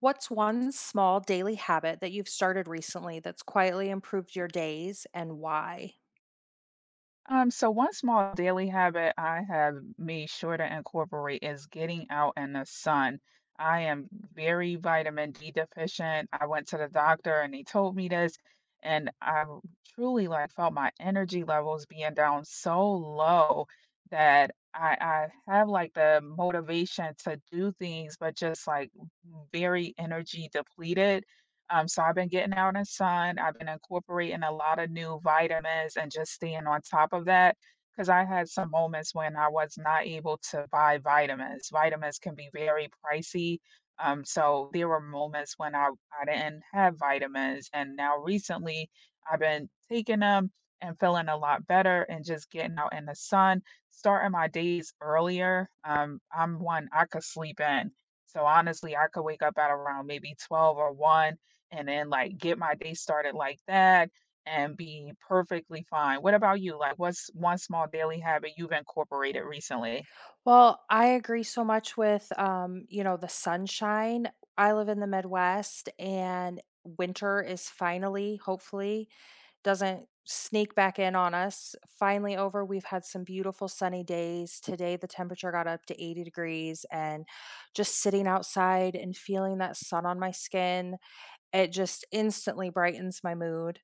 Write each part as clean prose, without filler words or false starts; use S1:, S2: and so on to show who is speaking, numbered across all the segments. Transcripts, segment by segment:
S1: What's one small daily habit that you've started recently that's quietly improved your days and why?
S2: So one small daily habit I have made sure to incorporate is getting out in the sun. I am very vitamin D deficient. I went to the doctor and they told me this, and truly like felt my energy levels being down so low that I have like the motivation to do things, but just like very energy depleted. So I've been getting out in the sun. I've been incorporating a lot of new vitamins and just staying on top of that because I had some moments when I was not able to buy vitamins. Vitamins can be very pricey. So there were moments when I didn't have vitamins. And now recently I've been taking them and feeling a lot better and just getting out in the sun, starting my days earlier. I'm one I could sleep in. So honestly, I could wake up at around maybe 12 or 1 and then, like, get my day started like that and be perfectly fine. What about you? Like, what's one small daily habit you've incorporated recently?
S1: Well, I agree so much with you know, the sunshine. I live in the Midwest and winter is finally, hopefully, doesn't sneak back in on us. Finally over. We've had some beautiful sunny days. Today the temperature got up to 80 degrees, and just sitting outside and feeling that sun on my skin, it just instantly brightens my mood.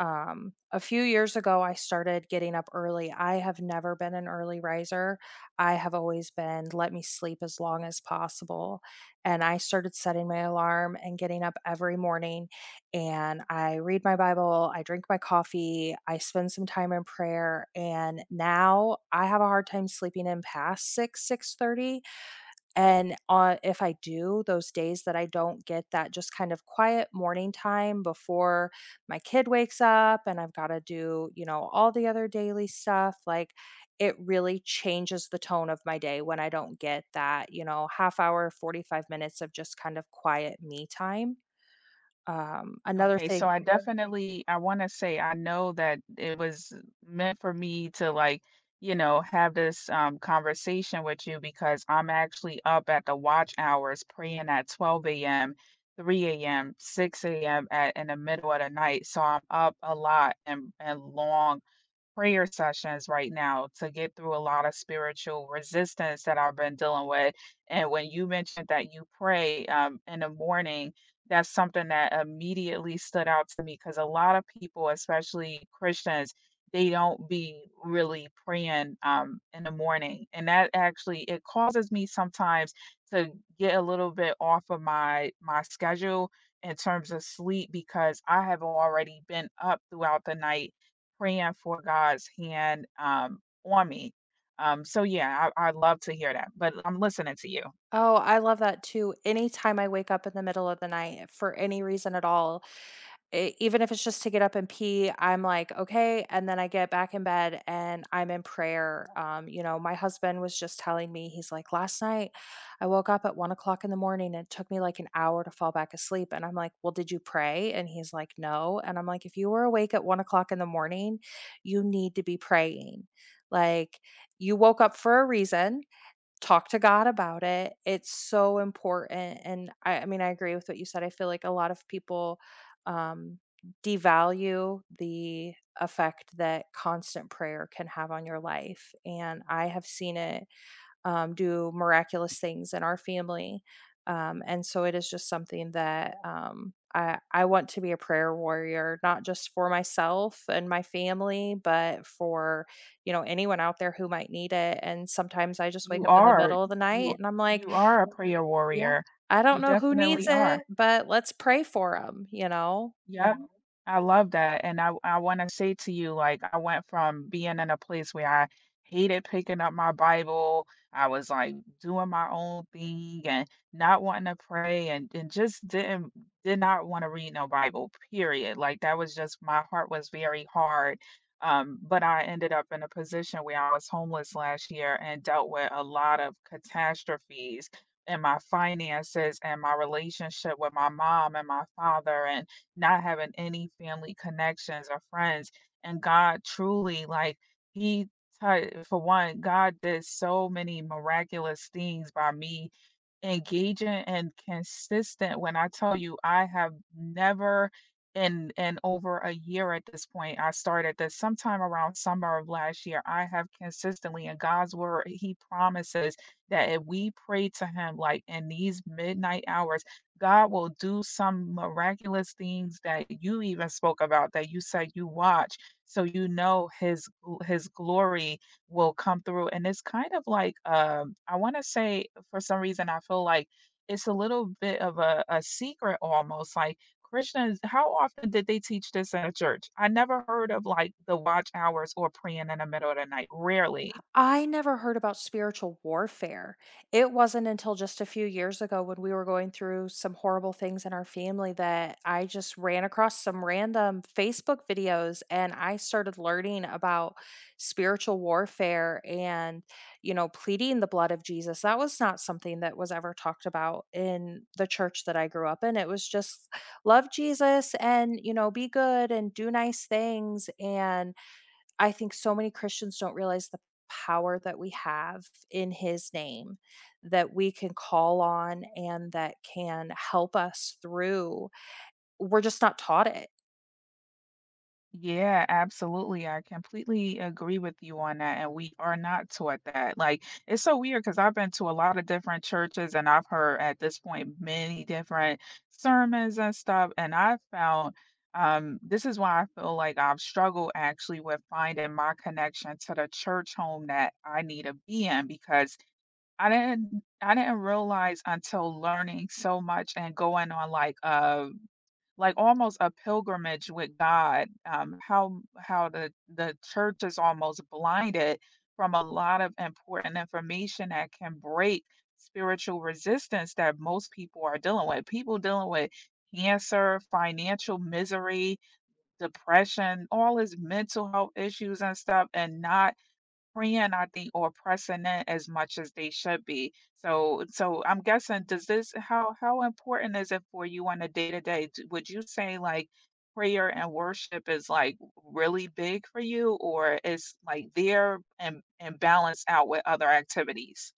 S1: A few years ago, I started getting up early. I have never been an early riser. I have always been, let me sleep as long as possible. And I started setting my alarm and getting up every morning. And I read my Bible, I drink my coffee, I spend some time in prayer. And now I have a hard time sleeping in past 6, 6:30. And if I do, those days that I don't get that just kind of quiet morning time before my kid wakes up and I've got to do, you know, all the other daily stuff, like it really changes the tone of my day when I don't get that, you know, half hour, 45 minutes of just kind of quiet me time. Um, another
S2: Okay, so
S1: thing,
S2: I definitely I wanna say I know that it was meant for me to, like, you know, have this conversation with you because I'm actually up at the watch hours praying at 12 a.m., 3 a.m., 6 a.m., at in the middle of the night, so I'm up a lot and long prayer sessions right now to get through a lot of spiritual resistance that I've been dealing with. And when you mentioned that you pray in the morning, that's something that immediately stood out to me because a lot of people, especially Christians, they don't be really praying in the morning, and that actually it causes me sometimes to get a little bit off of my schedule in terms of sleep because I have already been up throughout the night praying for God's hand on me. So yeah, I love to hear that. But I'm listening to you.
S1: oh, I love that too. Anytime I wake up in the middle of the night for any reason at all, E even if it's just to get up and pee, I'm like, "Okay," and then I get back in bed and I'm in prayer. You know, my husband was just telling me, he's like, "Last night, I woke up at 1 o'clock in the morning, and it took me, like, an hour to fall back asleep," and I'm like, "Well, did you pray?" And he's like, "No," and I'm like, "If you were awake at 1 o'clock in the morning, you need to be praying, like, you woke up for a reason. Talk to God about it. It's so important." And I mean, I agree with what you said. I feel like a lot of people um, devalue the effect that constant prayer can have on your life. And I have seen it do miraculous things in our family. And so it is just something that, I want to be a prayer warrior, not just for myself and my family, but for, you know, anyone out there who might need it. And sometimes I just wake
S2: You
S1: up in the
S2: are
S1: middle of the night
S2: you
S1: and I'm like,
S2: you are a prayer
S1: yeah,
S2: warrior.
S1: I
S2: You
S1: don't know who needs
S2: definitely are.
S1: it, but let's pray for them, you know?
S2: Yep. I love that, and I wanna say to you, like, I went from being in a place where I hated picking up my Bible, I was, like, doing my own thing and not wanting to pray and just didn't did not wanna read no Bible, period, like, that was just my heart was very hard, but I ended up in a position where I was homeless last year and dealt with a lot of catastrophes in my finances and my relationship with my mom and my father, and not having any family connections or friends. And God truly, like, He, for one, God did so many miraculous things by me engaging and consistent when I tell you I have never in over a year at this point, I started this sometime around summer of last year. I have consistently in God's word, He promises that if we pray to Him like in these midnight hours, God will do some miraculous things that you even spoke about that you said you watch. So you know his glory will come through. And it's kind of like, I want to say, for some reason, I feel like it's a little bit of a secret almost. Like, Krishna, how often did they teach this in a church? I never heard of like the watch hours or praying in the middle of the night. Rarely.
S1: I never heard about spiritual warfare. It wasn't until just a few years ago when we were going through some horrible things in our family that I just ran across some random Facebook videos and I started learning about spiritual warfare and, you know, pleading the blood of Jesus. That was not something that was ever talked about in the church that I grew up in. It was just love Jesus and, you know, be good and do nice things. And I think so many Christians don't realize the power that we have in his name, that we can call on and that can help us through. We're just not taught it.
S2: Yeah, absolutely. I completely agree with you on that. And we are not taught that. Like, it's so weird because I've been to a lot of different churches and I've heard at this point many different sermons and stuff. And I found this is why I feel like I've struggled actually with finding my connection to the church home that I need to be in because I didn't realize until learning so much and going on like almost a pilgrimage with God, how the church is almost blinded from a lot of important information that can break spiritual resistance that most people are dealing with. People dealing with cancer, financial misery, depression, all his mental health issues and stuff, and not praying, I think, or pressing in as much as they should be. So I'm guessing, does this how important is it for you on a day to day? Would you say like prayer and worship is like really big for you, or is like there and balanced out with other activities?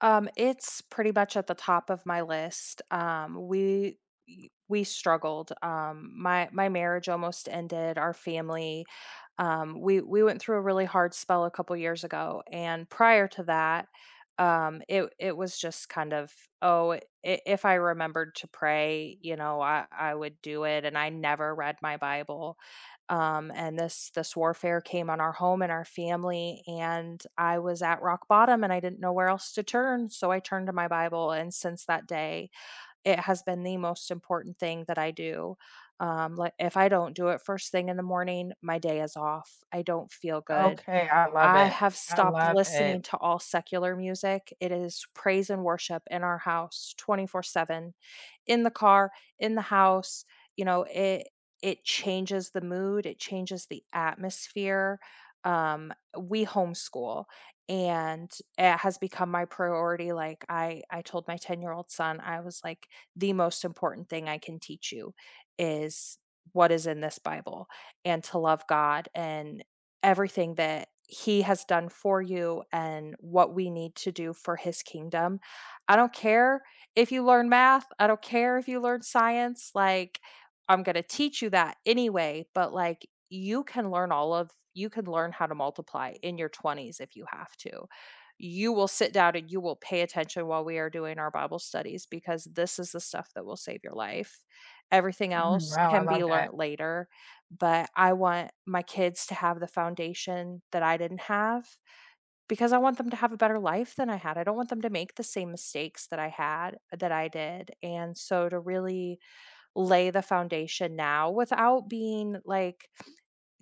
S1: It's pretty much at the top of my list. We struggled. My marriage almost ended. Our family, we went through a really hard spell a couple years ago, and prior to that, it was just kind of, oh, if I remembered to pray, you know, I would do it, and I never read my Bible, and this warfare came on our home and our family, and I was at rock bottom and I didn't know where else to turn, so I turned to my Bible, and since that day, it has been the most important thing that I do. Like if I don't do it first thing in the morning, my day is off. I don't feel good.
S2: Okay, I love
S1: I
S2: it.
S1: have
S2: I
S1: stopped
S2: love it.
S1: listening to all secular music. It is praise and worship in our house 24/7, in the car, in the house. You know, it changes the mood, it changes the atmosphere. Um, we homeschool, and it has become my priority. Like I told my 10-year-old son, I was like, the most important thing I can teach you is what is in this Bible and to love God and everything that he has done for you and what we need to do for his kingdom. I don't care if you learn math, I don't care if you learn science, like I'm going to teach you that anyway, but like you can learn all of you can learn how to multiply in your 20s if you have to. You will sit down and you will pay attention while we are doing our Bible studies, because this is the stuff that will save your life. Everything
S2: Mm,
S1: else
S2: wow, I
S1: can be
S2: love that.
S1: learned later, but I want my kids to have the foundation that I didn't have, because I want them to have a better life than I had. I don't want them to make the same mistakes that I had, that I did. And so to really lay the foundation now, without being like,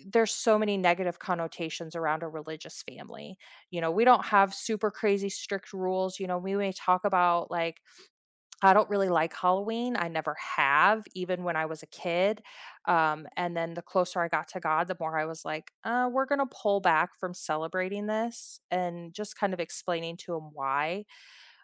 S1: there's so many negative connotations around a religious family. You know, we don't have super crazy strict rules. You know, we may talk about, like, I don't really like Halloween, I never have, even when I was a kid, and then the closer I got to God, the more I was like, we're gonna pull back from celebrating this," and just kind of explaining to him why.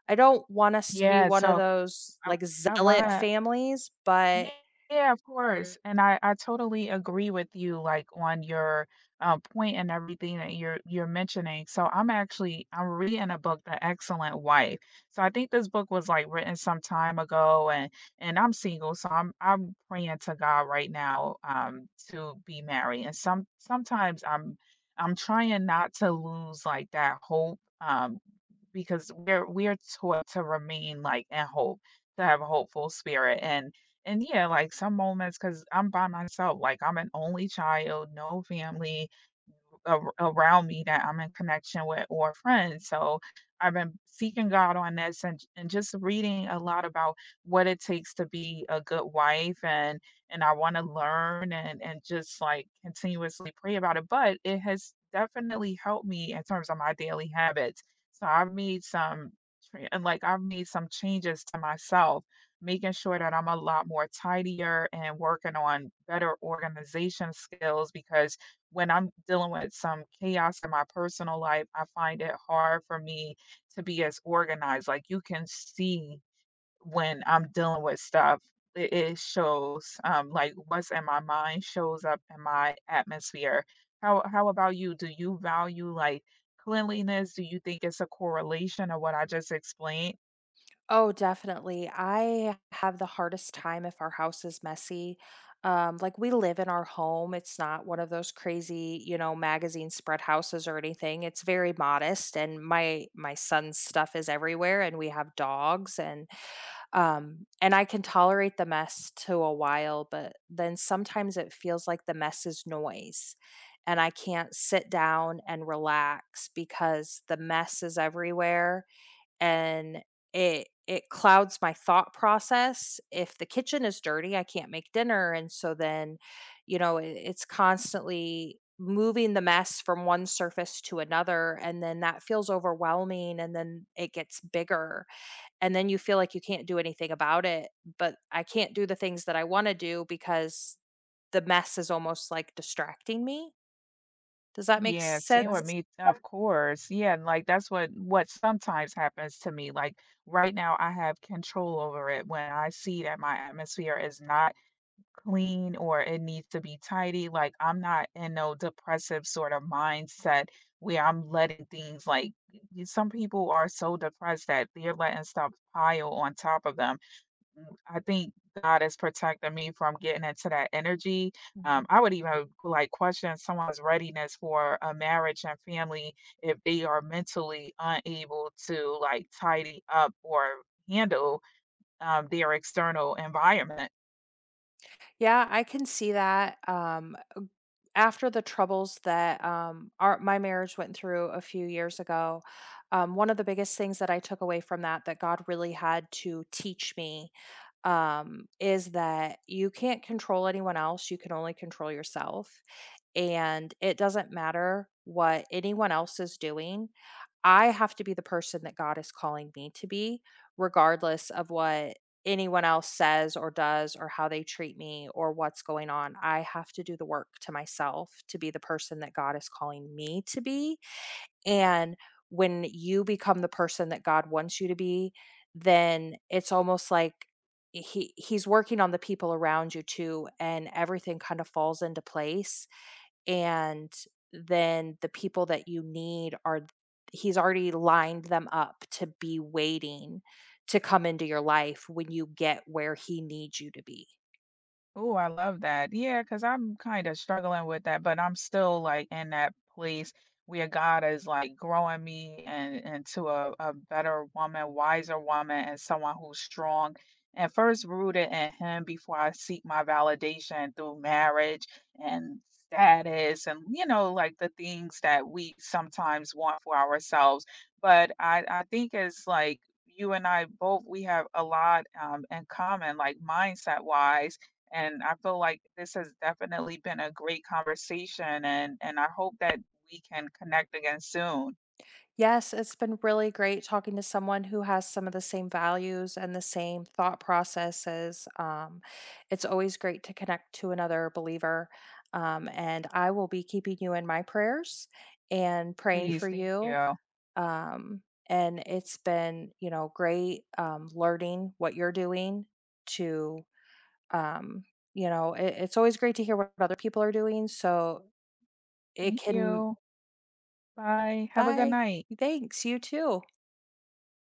S1: I don't want us to be
S2: Yeah.
S1: one of
S2: So
S1: those,
S2: I
S1: like,
S2: I want
S1: zealot
S2: to.
S1: families,
S2: Yeah,
S1: but
S2: yeah, of course. And I totally agree with you, like on your point and everything that you're mentioning. So I'm reading a book, The Excellent Wife. So I think this book was like written some time ago, and I'm single, so I'm praying to God right now to be married. And sometimes I'm trying not to lose like that hope. Because we're taught to remain, like, in hope, to have a hopeful spirit, and yeah, like, some moments because 'cause I'm by myself, like, I'm an only child, no family, a around me that I'm in connection with or friends. So I've been seeking God on this and just reading a lot about what it takes to be a good wife and I want to learn and just like continuously pray about it. But it has definitely helped me in terms of my daily habits. So I've made some tra- and like I've made some changes to myself, making sure that I'm a lot more tidier and working on better organization skills because when I'm dealing with some chaos in my personal life, I find it hard for me to be as organized. Like you can see when I'm dealing with stuff, it shows like what's in my mind shows up in my atmosphere. How about you? Do you value like cleanliness? Do you think it's a correlation of what I just explained?
S1: oh, definitely. I have the hardest time if our house is messy. Like we live in our home. It's not one of those crazy, you know, magazine spread houses or anything. It's very modest and my son's stuff is everywhere and we have dogs and I can tolerate the mess to a while, but then sometimes it feels like the mess is noise and I can't sit down and relax because the mess is everywhere and it clouds my thought process. If the kitchen is dirty, I can't make dinner, and so then, you know, it's constantly moving the mess from one surface to another, and then that feels overwhelming and then it gets bigger and then you feel like you can't do anything about it, but I can't do the things that I want to do because the mess is almost like distracting me. Does that make
S2: Yeah, same. Right. With Right.
S1: sense?
S2: me, Right. of course. Yeah, and like that's what sometimes happens to me. Like right now, I have control over it. When I see that my atmosphere is not clean or it needs to be tidy, like I'm not in no depressive sort of mindset where I'm letting things like some people are so depressed that they're letting stuff pile on top of them. Mm, I think God has protected me from getting into that energy. I would even like question someone's readiness for a marriage and family if they are mentally unable to like tidy up or handle their external environment.
S1: Yeah, I can see that. After the troubles that, my marriage went through a few years ago, one of the biggest things that I took away from that, that God really had to teach me, is that you can't control anyone else. You can only control yourself, and it doesn't matter what anyone else is doing. I have to be the person that God is calling me to be, regardless of what anyone else says or does or how they treat me or what's going on. I have to do the work to myself to be the person that God is calling me to be. And when you become the person that God wants you to be, then it's almost like he's working on the people around you too, and everything kind of falls into place, and then the people that you need are, he's already lined them up to be waiting to come into your life when you get where he needs you to be.
S2: Oh, I love that. Yeah, because I 'cause I'm kinda struggling with that, but I'm still, like, in that place where God is, like, growing me and into a better woman, wiser woman, and someone who's strong and first rooted in Him before I seek my validation through marriage and status and, you know, like, the things that we sometimes want for ourselves. But I think it's, like, you and I both, we have a lot, in common, like, mindset-wise, and I feel like this has definitely been a great conversation and I hope that we can connect again soon.
S1: Yes, it's been really great talking to someone who has some of the same values and the same thought processes. It's always great to connect to another believer. And I will be keeping you in my prayers and praying for
S2: Please, thank
S1: you.
S2: you.
S1: Um, and it's been, you know, great, learning what you're doing to, um, you know, it's always great to hear what other people are doing. So it
S2: Thank
S1: can,
S2: you. Bye. Have a good
S1: bye.
S2: night.
S1: Thanks. You too.